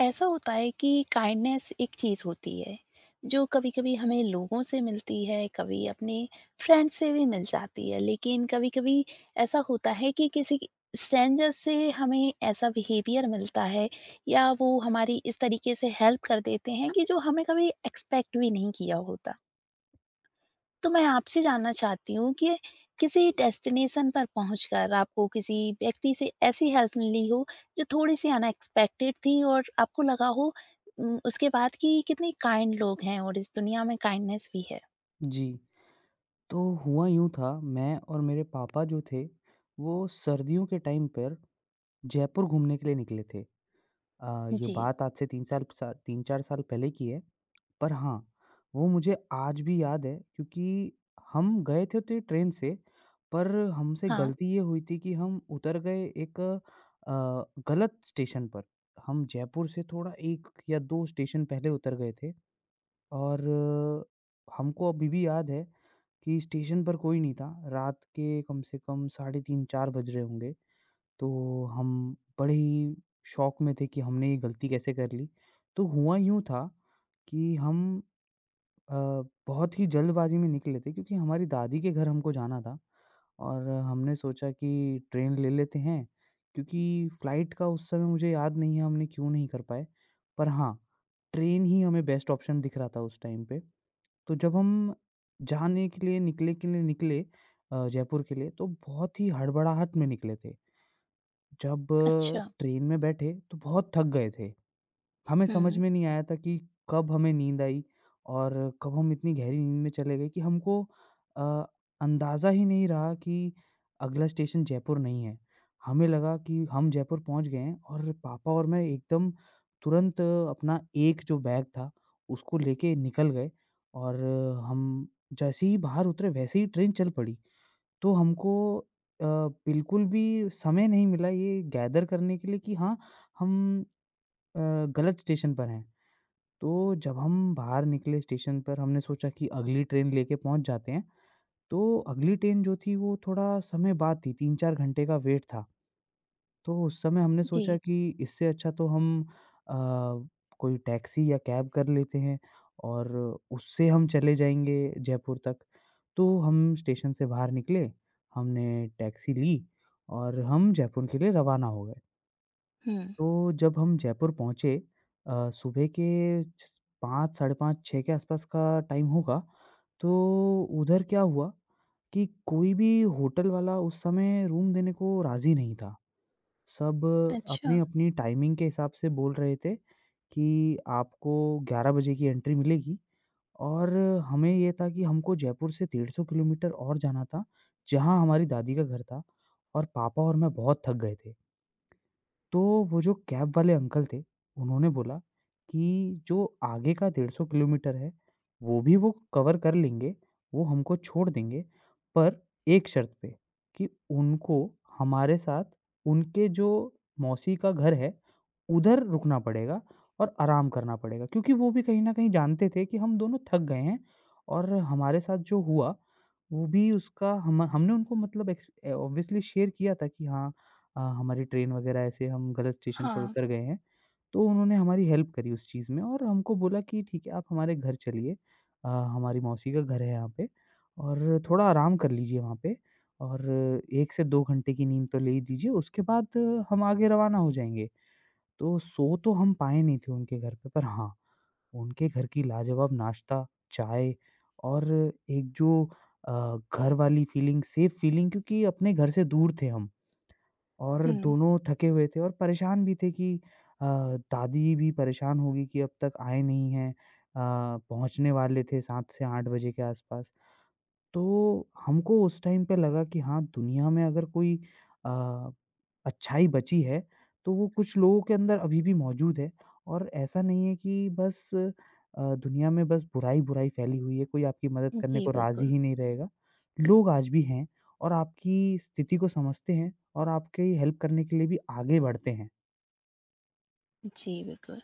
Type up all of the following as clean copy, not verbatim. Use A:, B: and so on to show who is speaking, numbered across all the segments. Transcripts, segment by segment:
A: ऐसा होता है कि काइंडनेस एक चीज़ होती है जो कभी-कभी हमें लोगों से मिलती है, कभी अपने फ्रेंड से भी मिल जाती है। लेकिन कभी-कभी ऐसा होता है कि किसी स्ट्रेंजर से हमें ऐसा बिहेवियर मिलता है या वो हमारी इस तरीके से हेल्प कर देते हैं कि जो हमें कभी एक्सपेक्ट भी नहीं किया होता। तो मैं आपसे जानना चाहती हूँ कि किसी डेस्टिनेशन पर पहुँचकर आपको किसी व्यक्ति से ऐसी हेल्प मिली हो जो थोड़ी-सी अनएक्सपेक्टेड थी और आपको लगा हो उसके बाद कि कितने काइंड लोग हैं और इस दुनिया में काइंडनेस भी है?
B: जी, तो हुआ यूँ था। मैं और मेरे पापा जो थे, वो सर्दियों के टाइम पर जयपुर घूमने के लिए निकले थे। ये
A: जी।
B: बात आज से 3 साल सा 3-4 साल पहले की है, पर हाँ, वो मुझे आज भी याद है क्योंकि हम गए थे तो ट्रेन से। पर हमसे
A: हाँ।
B: गलती ये हुई थी कि हम उतर गए एक गलत स्टेशन पर। हम जयपुर से थोड़ा 1 या 2 स्टेशन पहले उतर गए थे और हमको अभी भी याद है कि स्टेशन पर कोई नहीं था। रात के कम से कम साढ़े 3-4 बज रहे होंगे। तो हम बड़े ही शॉक में थे कि हमने ये गलती कैसे कर ली। तो हुआ यूँ था कि हम अ, बहुत ही जल्दबाज़ी में निकले थे क्योंकि हमारी दादी के घर हमको जाना था और हमने सोचा कि ट्रेन ले लेते हैं, क्योंकि फ़्लाइट का उस समय मुझे याद नहीं है हमने क्यों नहीं कर पाए। पर हाँ, ट्रेन ही हमें बेस्ट ऑप्शन दिख रहा था उस टाइम पे। तो जब हम जाने के लिए निकले जयपुर के लिए, तो बहुत ही हड़बड़ाहट में निकले थे। जब
A: अच्छा।
B: ट्रेन में बैठे तो बहुत थक गए थे। हमें समझ
A: हुँ।
B: में नहीं आया था कि कब हमें नींद आई और कब हम इतनी गहरी नींद में चले गए कि हमको अ, अंदाज़ा ही नहीं रहा कि अगला स्टेशन जयपुर नहीं है। हमें लगा कि हम जयपुर पहुँच गए हैं और पापा और मैं एकदम तुरंत अपना एक जो बैग था उसको लेके निकल गए, और हम जैसे ही बाहर उतरे वैसे ही ट्रेन चल पड़ी। तो हमको अ, बिल्कुल भी समय नहीं मिला ये गैदर करने के लिए कि हाँ, हम अ, गलत स्टेशन पर हैं। तो जब हम बाहर निकले स्टेशन पर, हमने सोचा कि अगली ट्रेन लेके पहुँच जाते हैं। तो अगली ट्रेन जो थी वो थोड़ा समय बाद थी, 3-4 घंटे का वेट था। तो उस समय हमने सोचा
A: जी।
B: कि इससे अच्छा तो हम अ, कोई टैक्सी या कैब कर लेते हैं और उससे हम चले जाएँगे जयपुर तक। तो हम स्टेशन से बाहर निकले, हमने टैक्सी ली और हम जयपुर के लिए रवाना हो गए।
A: हुँ।
B: तो जब हम जयपुर पहुँचे सुबह के छ 5, साढ़े 5, 6 के आसपास का टाइम होगा, तो उधर क्या हुआ कि कोई भी होटल वाला उस समय रूम देने को राज़ी नहीं था। सब
A: अच्छा।
B: अपनी-अपनी टाइमिंग के हिसाब से बोल रहे थे कि आपको 11 बजे की एंट्री मिलेगी, और हमें ये था कि हमको जयपुर से 150 किलोमीटर और जाना था, जहाँ हमारी दादी का घर था, और पापा और मैं बहुत थक गए थे। तो वो जो कैब वाले अंकल थे, उन्होंने बोला कि जो आगे का 150 किलोमीटर है, वो भी वो कवर कर लेंगे, वो हमको छोड़ देंगे, पर एक शर्त पे, कि उनको हमारे साथ उनके जो मौसी का घर है, उधर रुकना पड़ेगा और आराम करना पड़ेगा। क्योंकि वो भी कहीं न कहीं जानते थे कि हम दोनों थक गए हैं, और हमारे साथ जो हुआ, वो भी उसका हम हमने उनको मतलब ऑब्वियसली शेयर किया था कि हाँ, हाँ, हमारी ट्रेन वगैरह ऐसे हम गलत स्टेशन पर
A: हाँ।
B: उतर गए हैं। तो उन्होंने हमारी हेल्प करी उस चीज़ में और हमको बोला कि ठीक है, आप हमारे घर चलिए। हमारी मौसी का घर है यहाँ पे, और थोड़ा आराम कर लीजिए वहाँ पे, और 1 से 2 घंटे की नींद तो ले ही लीजिए, उसके बाद हम आगे रवाना हो जाएँगे। तो सो तो हम पाए नहीं थे उनके घर पे, पर हाँ, उनके घर की लाजवाब नाश्ता, चाय और एक जो अ, घर वाली फीलिंग, सेफ फीलिंग, क्योंकि अपने घर से दूर थे हम, और
A: हुँ।
B: दोनों थके हुए थे और परेशान भी थे कि दादी भी परेशान होगी कि अब तक आए नहीं हैं। पहुँचने वाले थे 7 से 8 बजे के आसपास। तो हमको उस टाइम पे लगा कि हाँ, दुनिया में अगर कोई अ, अच्छाई बची है, तो वो कुछ लोगों के अंदर अभी भी मौजूद है, और ऐसा नहीं है कि बस दुनिया में बस बुराई-बुराई फैली हुई है, कोई आपकी मदद करने
A: जी,
B: को राज़ी
A: बिल्कुल।
B: ही नहीं रहेगा। लोग आज भी हैं और आपकी स्थिति को समझते हैं और आपकी हेल्प करने के लिए भी आगे बढ़ते हैं।
A: जी, बिल्कुल।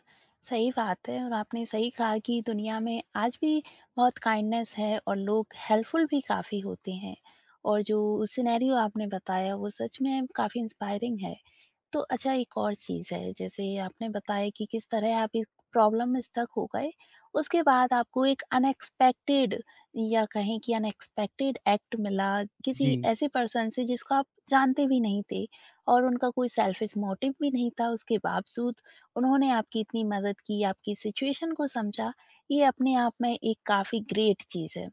A: सही बात है और आपने सही कहा कि दुनिया में आज भी बहुत काइंडनेस है और लोग हेल्पफुल भी काफ़ी होते हैं और जो सिनेरियो आपने बताया वो सच में काफ़ी इंस्पायरिंग है। तो अच्छा एक और चीज़ है जैसे आपने बताया कि किस तरह आप इस प्रॉब्लम में स्टक हो गए, उसके बाद आपको एक अनएक्सपेक्टेड या कहें कि अनएक्सपेक्टेड एक्ट मिला किसी
B: जी।
A: ऐसे पर्सन से जिसको आप जानते भी नहीं थे और उनका कोई सेल्फिश मोटिव भी नहीं था, उसके बावजूद उन्होंने आपकी इतनी मदद की, आपकी सिचुएशन को समझा, ये अपने आप में एक काफ़ी ग्रेट चीज़ है।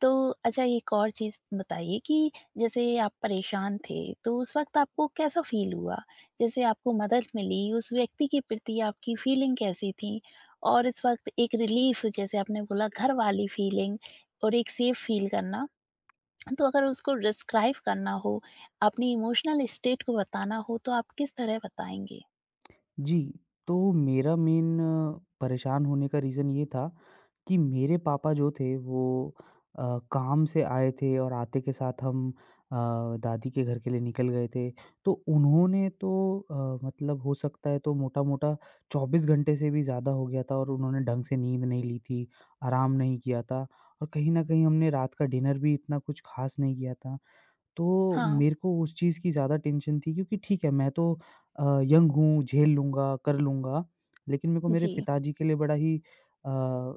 A: तो अच्छा एक और चीज़ बताइए कि जैसे आप परेशान थे, तो उस वक़्त आपको कैसा फ़ील हुआ? जैसे आपको मदद मिली, उस व्यक्ति के प्रति आपकी फ़ीलिंग कैसी थी? और इस वक़्त एक रिलीफ़ जैसे आपने बोला घर वाली फ़ीलिंग और एक सेफ़ फ़ील करना, तो अगर उसको डिस्क्राइब करना हो, अपनी इमोशनल स्टेट को बताना हो, तो आप किस तरह बताएँगे?
B: जी, तो मेरा मेन परेशान होने का रीज़न ये था कि मेरे पापा जो थे वो अ, काम से आए थे, और आते के साथ हम दादी के घर के लिए निकल गए थे। तो उन्होंने तो मतलब हो सकता है तो मोटा-मोटा 24 घंटे से भी ज़्यादा हो गया था और उन्होंने ढंग से नींद नहीं ली थी, आराम नहीं किया था, और कहीं न कहीं हमने रात का डिनर भी इतना कुछ ख़ास नहीं किया था। तो
A: हाँ,
B: मेरे को उस चीज़ की ज़्यादा टेंशन थी, क्योंकि ठीक है मैं तो यंग हूँ, झेल लूँगा, कर लूँगा। लेकिन मेरे को मेरे
A: जी।
B: पिताजी के लिए बड़ा ही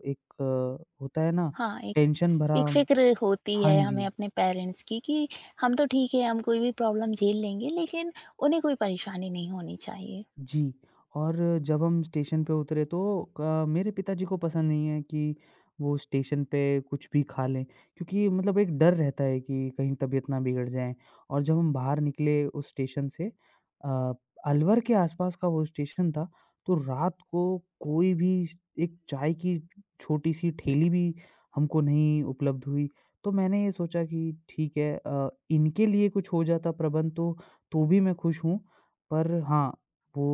B: एक, होता है ना,
A: हाँ, एक
B: टेंशन भरा।
A: एक फ़िक्र होती
B: हाँ
A: है हमें
B: जी।
A: अपने पेरेंट्स की कि हम तो ठीक है, हम कोई भी प्रॉब्लम झेल लेंगे, लेकिन उन्हें कोई परेशानी नहीं होनी चाहिए।
B: जी, और जब हम स्टेशन पे उतरे तो क मेरे पिताजी को पसंद नहीं है कि वो स्टेशन पे कुछ भी खा लें, क्योंकि मतलब एक डर रहता है कि कहीं तबीयत ना बिगड़ जाए। और जब हम बाहर निकले उस स्टेशन से, अ, अलवर के आसपास का वो स्टेशन था, तो रात को कोई भी स एक चाय की छोटी-सी ठेली भी हमको नहीं उपलब्ध हुई। तो मैंने ये सोचा कि ठीक है, इनके लिए कुछ हो जाता प्रबंध तो भी मैं खुश हूँ। पर हाँ, वो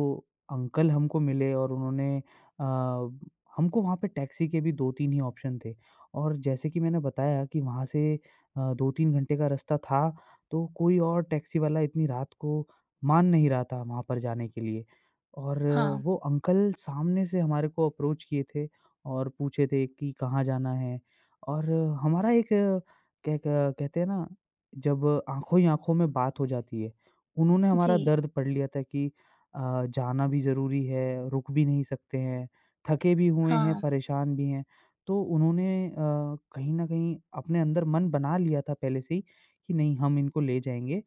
B: अंकल हमको मिले और उन्होंने अ, हमको, वहाँ पे टैक्सी के भी 2-3 ही ऑप्शन थे, और जैसे कि मैंने बताया कि वहाँ से 2-3 घंटे का रास्ता था, तो कोई और टैक्सी वाला इतनी रात को मान नहीं रहा था वहाँ पर जाने के लिए। और
A: हाँ।
B: वो अंकल सामने से हमारे को अप्रोच किए थे और पूछे थे कि कहाँ जाना है, और हमारा एक क्या, क कहते हैं ना, जब आँखों ही आँखों में बात हो जाती है, उन्होंने हमारा
A: जी।
B: दर्द पढ़ लिया था कि जाना भी ज़रूरी है, रुक भी नहीं सकते हैं, थके भी हुए हैं,
A: हाँ।
B: परेशान भी हैं। तो उन्होंने कहीं न कहीं अपने अंदर मन बना लिया था पहले से ही कि नहीं, हम इनको ले जाएँगे।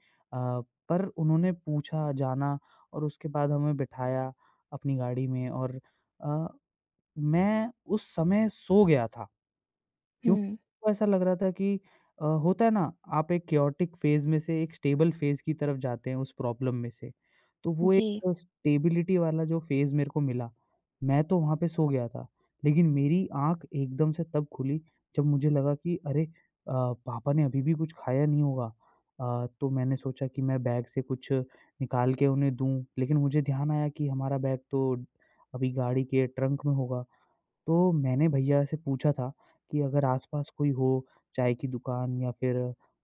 B: पर उन्होंने पूछा, जाना, और उसके बाद हमें बिठाया अपनी गाड़ी में, और अ, मैं उस समय सो गया था। क्यों
A: हुँ।
B: को ऐसा लग रहा था कि होता है ना, आप एक केओटिक फेज़ में से एक स्टेबल फेज़ की तरफ जाते हैं उस प्रॉब्लम में से। तो वो एक
A: जी।
B: स्टेबिलिटी वाला जो फेज़ मेरे को मिला, मैं तो वहाँ पे सो गया था। लेकिन मेरी आँख एकदम से तब खुली जब मुझे लगा कि अरे! पापा ने अभी भी कुछ खाया नहीं होगा। तो मैंने सोचा कि मैं बैग से कुछ निकाल के उन्हें दूँ, लेकिन मुझे ध्यान आया कि हमारा बैग तो अभी गाड़ी के ट्रंक में होगा। तो मैंने भैया से पूछा था कि अगर आस-पास कोई हो, चाय की दुकान या फिर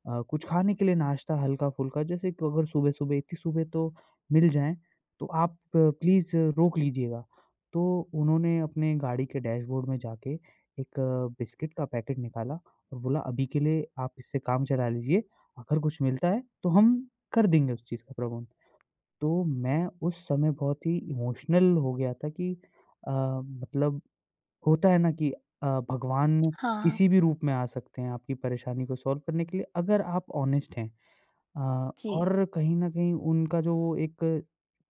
B: कुछ खाने के लिए नाश्ता हल्का-फुल्का, जैसे कि अगर सुबह-सुबह इतनी सुबह तो मिल जाएँ, तो आप प्लीज़ रोक लीजिएगा। तो उन्होंने अपने गाड़ी के डैशबोर्ड में जाके एक बिस्किट का पैकेट निकाला और बोला अभी के लिए आप इससे काम चला लीजिए, अगर कुछ मिलता है तो हम कर देंगे उस चीज़ का प्रबंध। तो मैं उस समय बहुत ही इमोशनल हो गया था कि मतलब होता है ना कि भगवान
A: हाँ।
B: किसी भी रूप में आ सकते हैं आपकी परेशानी को सॉल्व करने के लिए, अगर आप ऑनेस्ट हैं।
A: जी।
B: और कहीं न कहीं उनका जो वो एक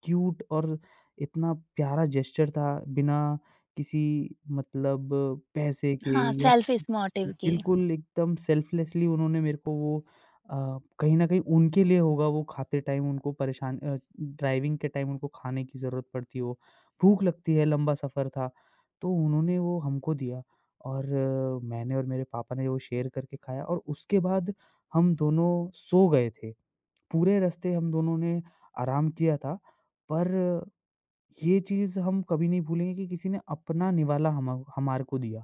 B: क्यूट और इतना प्यारा जेस्चर था, बिना किसी मतलब पैसे के
A: हाँ,
B: या
A: सेल्फ़ इस मोटिव के।
B: बिल्कुल एकदम सेल्फलेसली उन्होंने मेरे को वो, अ, कहीं न कहीं उनके लिए होगा, वो खाते टाइम उनको परेशान, ड्राइविंग के टाइम उनको खाने की ज़रूरत पड़ती हो, भूख लगती है, लंबा सफ़र था, तो उन्होंने वो हमको दिया। और मैंने और मेरे पापा ने वो शेयर करके खाया, और उसके बाद हम दोनों सो गए थे। पूरे रास्ते हम दोनों ने आराम किया था, पर ये चीज़ हम कभी नहीं भूलेंगे कि किसी ने अपना निवाला हम हमारे को दिया।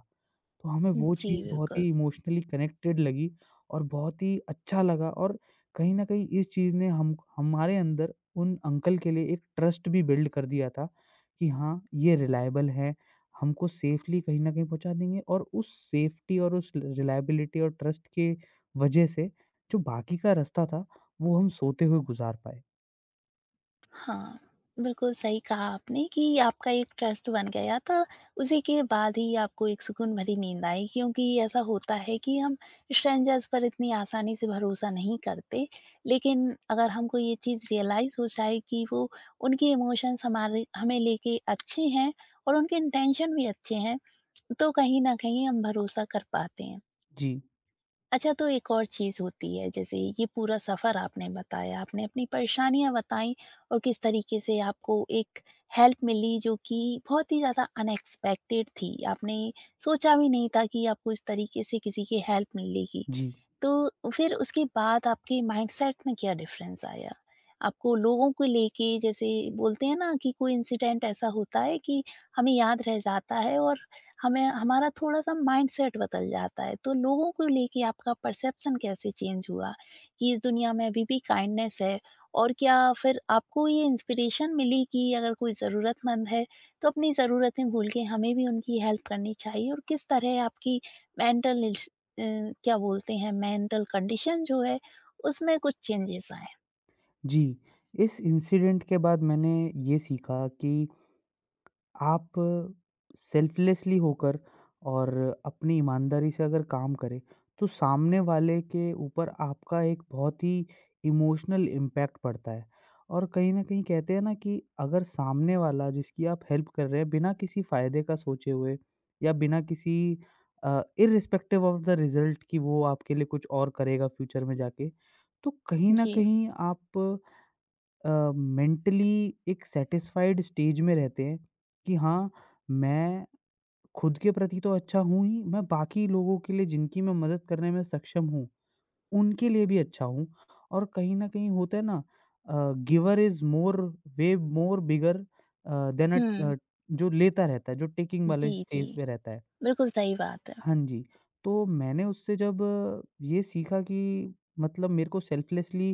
B: तो हमें वो
A: जी,
B: चीज़ बहुत
A: बिल्कुल।
B: ही इमोशनली कनेक्टेड लगी और बहुत ही अच्छा लगा, और कहीं न कहीं इस चीज़ ने हम हमारे अंदर उन अंकल के लिए एक ट्रस्ट भी बिल्ड कर दिया था कि हाँ, ये रिलाएबल हैं, हमको सेफ़ली कहीं न कहीं पहुँचा देंगे, और उस सेफ़्टी और उस रिलाएबिलिटी और ट्रस्ट के वजह से जो बाकी का रास्ता था, वो हम सोते हुए गुज़ार पाए।
A: हाँ, बिल्कुल सही कहा आपने कि आपका एक ट्रस्ट बन गया था, उसी के बाद ही आपको एक सुकून भरी नींद आई, क्योंकि ऐसा होता है कि हम स्ट्रेंजर्स पर इतनी आसानी से भरोसा नहीं करते। लेकिन अगर हमको ये चीज़ रियलाइज़ हो जाए कि वो उनके इमोशंस हमारे हमें लेके अच्छे हैं और उनके इंटेंशन भी अच्छे हैं, तो कहीं न कहीं हम भरोसा कर पाते हैं।
B: जी,
A: अच्छा, तो एक और चीज़ होती है जैसे ये पूरा सफ़र आपने बताया, आपने अपनी परेशानियाँ बताई और किस तरीके से आपको एक हेल्प मिली जो कि बहुत ही ज़्यादा अनएक्सपेक्टेड थी। आपने सोचा भी नहीं था कि आपको इस तरीके से किसी की हेल्प मिलेगी।
B: जी,
A: तो फिर उसके बाद आपके माइंडसेट में क्या डिफरेंस आया? आपको लोगों को लेके, जैसे बोलते हैं ना कि कोई इंसिडेंट ऐसा होता है कि हमें याद रह जाता है और हमें हमारा थोड़ा-सा माइंडसेट बदल जाता है। तो लोगों को लेके आपका परसेप्शन कैसे चेंज हुआ कि इस दुनिया में अभी भी काइंडनेस है? और क्या फिर आपको ये इंस्पिरेशन मिली कि अगर कोई ज़रूरतमंद है, तो अपनी ज़रूरतें भूल के हमें भी उनकी हेल्प करनी चाहिए, और किस तरह आपकी मेंटल, अ, क्या बोलते हैं, मेंटल कंडीशन जो है उसमें कुछ चेंजेस आए?
B: जी। इस इंसिडेंट के बाद मैंने ये सीखा कि आप सेल्फ़लेसली होकर और अपनी ईमानदारी से अगर काम करें, तो सामने वाले के ऊपर आपका एक बहुत ही इमोशनल इम्पैक्ट पड़ता है। और कहीं न कहीं कहते हैं ना, कि अगर सामने वाला जिसकी आप हेल्प कर रहे हैं, बिना किसी फ़ायदे का सोचे हुए या बिना किसी, इर्रेस्पेक्टिव ऑफ़ द रिज़ल्ट कि वो आपके लिए कुछ और करेगा फ्यूचर में जाके, तो कहीं न
A: जी।
B: कहीं आप मेंटली एक सैटिस्फाइड स्टेज में रहते हैं कि हाँ, मैं खुद के प्रति तो अच्छा हूँ ही, मैं बाकी लोगों के लिए जिनकी मैं मदद करने में सक्षम हूँ, उनके लिए भी अच्छा हूँ। और कहीं न कहीं होता है ना, giver is more, way more bigger than
A: हुँ।
B: जो लेता रहता है, जो टेकिंग वाले
A: जी, जी।
B: फेज़ पे रहता है।
A: बिल्कुल सही बात है।
B: हाँ जी, तो मैंने उससे जब ये सीखा कि मतलब मेरे को सेल्फ़लेसली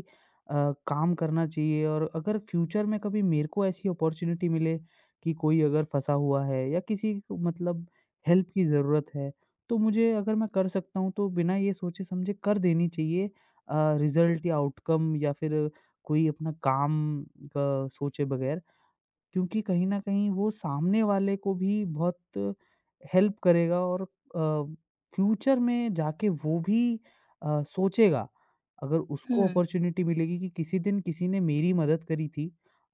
B: अ, काम करना चाहिए, और अगर फ्यूचर में कभी मेरे को ऐसी अपॉर्च्युनिटी मिले कि कोई अगर फँसा हुआ है या किसी को मतलब हेल्प की ज़रूरत है, तो मुझे, अगर मैं कर सकता हूँ तो बिना ये सोचे समझे कर देनी चाहिए। रिज़ल्ट या आउटकम या फिर कोई अपना काम का सोचे बगैर, क्योंकि कहीं न कहीं वो सामने वाले को भी बहुत हेल्प करेगा, और फ्यूचर में जाके वो भी सोचेगा। अगर
A: हुँ।
B: उसको अपॉर्च्युनिटी मिलेगी कि किसी दिन किसी ने मेरी मदद करी थी,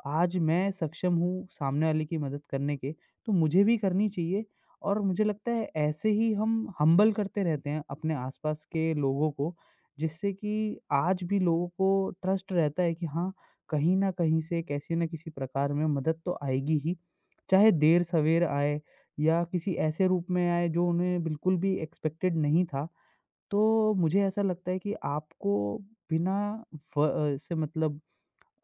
B: आज मैं सक्षम हूँ सामने वाले की मदद करने के, तो मुझे भी करनी चाहिए। और मुझे लगता है ऐसे ही हम हम्बल करते रहते हैं अपने आस-पास के लोगों को, जिससे कि आज भी लोगों को ट्रस्ट रहता है कि हाँ, कहीं न कहीं से कैसे न किसी प्रकार में मदद तो आएगी ही, चाहे देर-सवेर आए या किसी ऐसे रूप में आए जो उन्हें बिल्कुल भी एक्सपेक्टेड नहीं था। तो मुझे ऐसा लगता है कि आपको बिना, से मतलब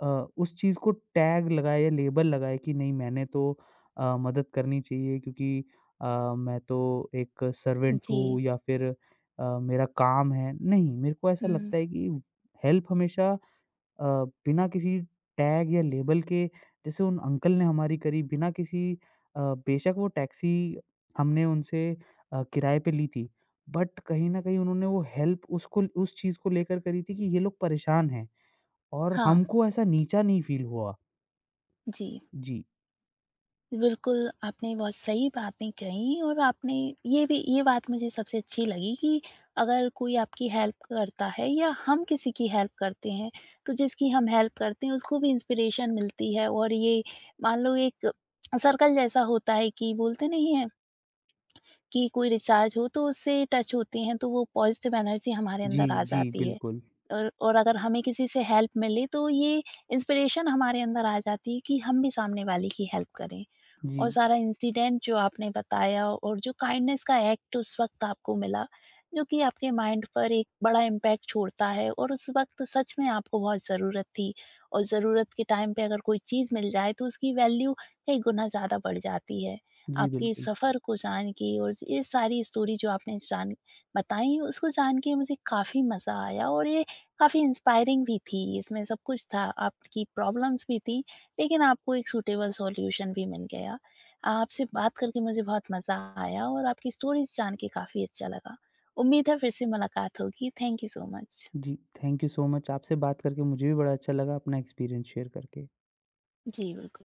B: उस चीज़ को टैग लगाए या लेबल लगाए कि नहीं मैंने तो मदद करनी चाहिए क्योंकि मैं तो एक सर्वेंट
A: जी।
B: हूँ या फिर मेरा काम है। नहीं, मेरे को ऐसा
A: हुँ।
B: लगता है कि हेल्प हमेशा, अ, बिना किसी टैग या लेबल के, जैसे उन अंकल ने हमारी करी बिना किसी, अ, बेशक वो टैक्सी हमने उनसे किराए पे ली थी, बट कहीं न कहीं उन्होंने वो हेल्प उसको उस चीज़ को लेकर करी थी कि ये लोग परेशान हैं, और
A: हाँ,
B: हमको ऐसा नीचा नहीं फ़ील हुआ।
A: जी।
B: जी।
A: बिल्कुल, आपने बहुत सही बातें कहीं, और आपने ये बात मुझे सबसे अच्छी लगी कि अगर कोई आपकी हेल्प करता है या हम किसी की हेल्प करते हैं, तो जिसकी हम हेल्प करते हैं उसको भी इंस्पिरेशन मिलती है। और ये, मान लो, एक सर्कल जैसा होता है कि बोलते नहीं है कि कोई रिचार्ज हो तो उससे टच होती हैं, तो वो पॉज़िटिव एनर्जी हमारे
B: जी,
A: अंदर आ
B: जी,
A: जाती है।
B: बिल्कुल।
A: और अगर हमें किसी से हेल्प मिले तो ये इंस्पिरेशन हमारे अंदर आ जाती है कि हम भी सामने वाले की हेल्प करें।
B: जी।
A: और सारा इंसिडेंट जो आपने बताया और जो काइंडनेस का एक्ट उस वक़्त आपको मिला, जो कि आपके माइंड पर एक बड़ा इम्पैक्ट छोड़ता है, और उस वक़्त सच में आपको बहुत ज़रूरत थी, और ज़रूरत के टाइम पे अगर कोई चीज़ मिल जाए तो उसकी वैल्यू कई गुना ज़्यादा बढ़ जाती है।
B: जी,
A: आपके इस
B: बिल्कुल।
A: सफ़र को जान के और ये सारी स्टोरी जो आपने जान बताई उसको जान के मुझे काफ़ी मज़ा आया, और ये काफ़ी इंस्पायरिंग भी थी, इसमें सब कुछ था, आपकी प्रॉब्लम्स भी थी, लेकिन आपको एक सूटेबल सॉल्यूशन भी मिल गया। आपसे बात करके मुझे बहुत मज़ा आया और आपकी स्टोरीज़ जान के काफ़ी अच्छा लगा। उम्मीद है फिर से मुलाकात होगी। Thank you so much.
B: जी, थैंक यू सो मच। आपसे बात करके मुझे भी बड़ा अच्छा लगा अपना एक्सपीरियंस शेयर करके।
A: जी, बिल्कुल।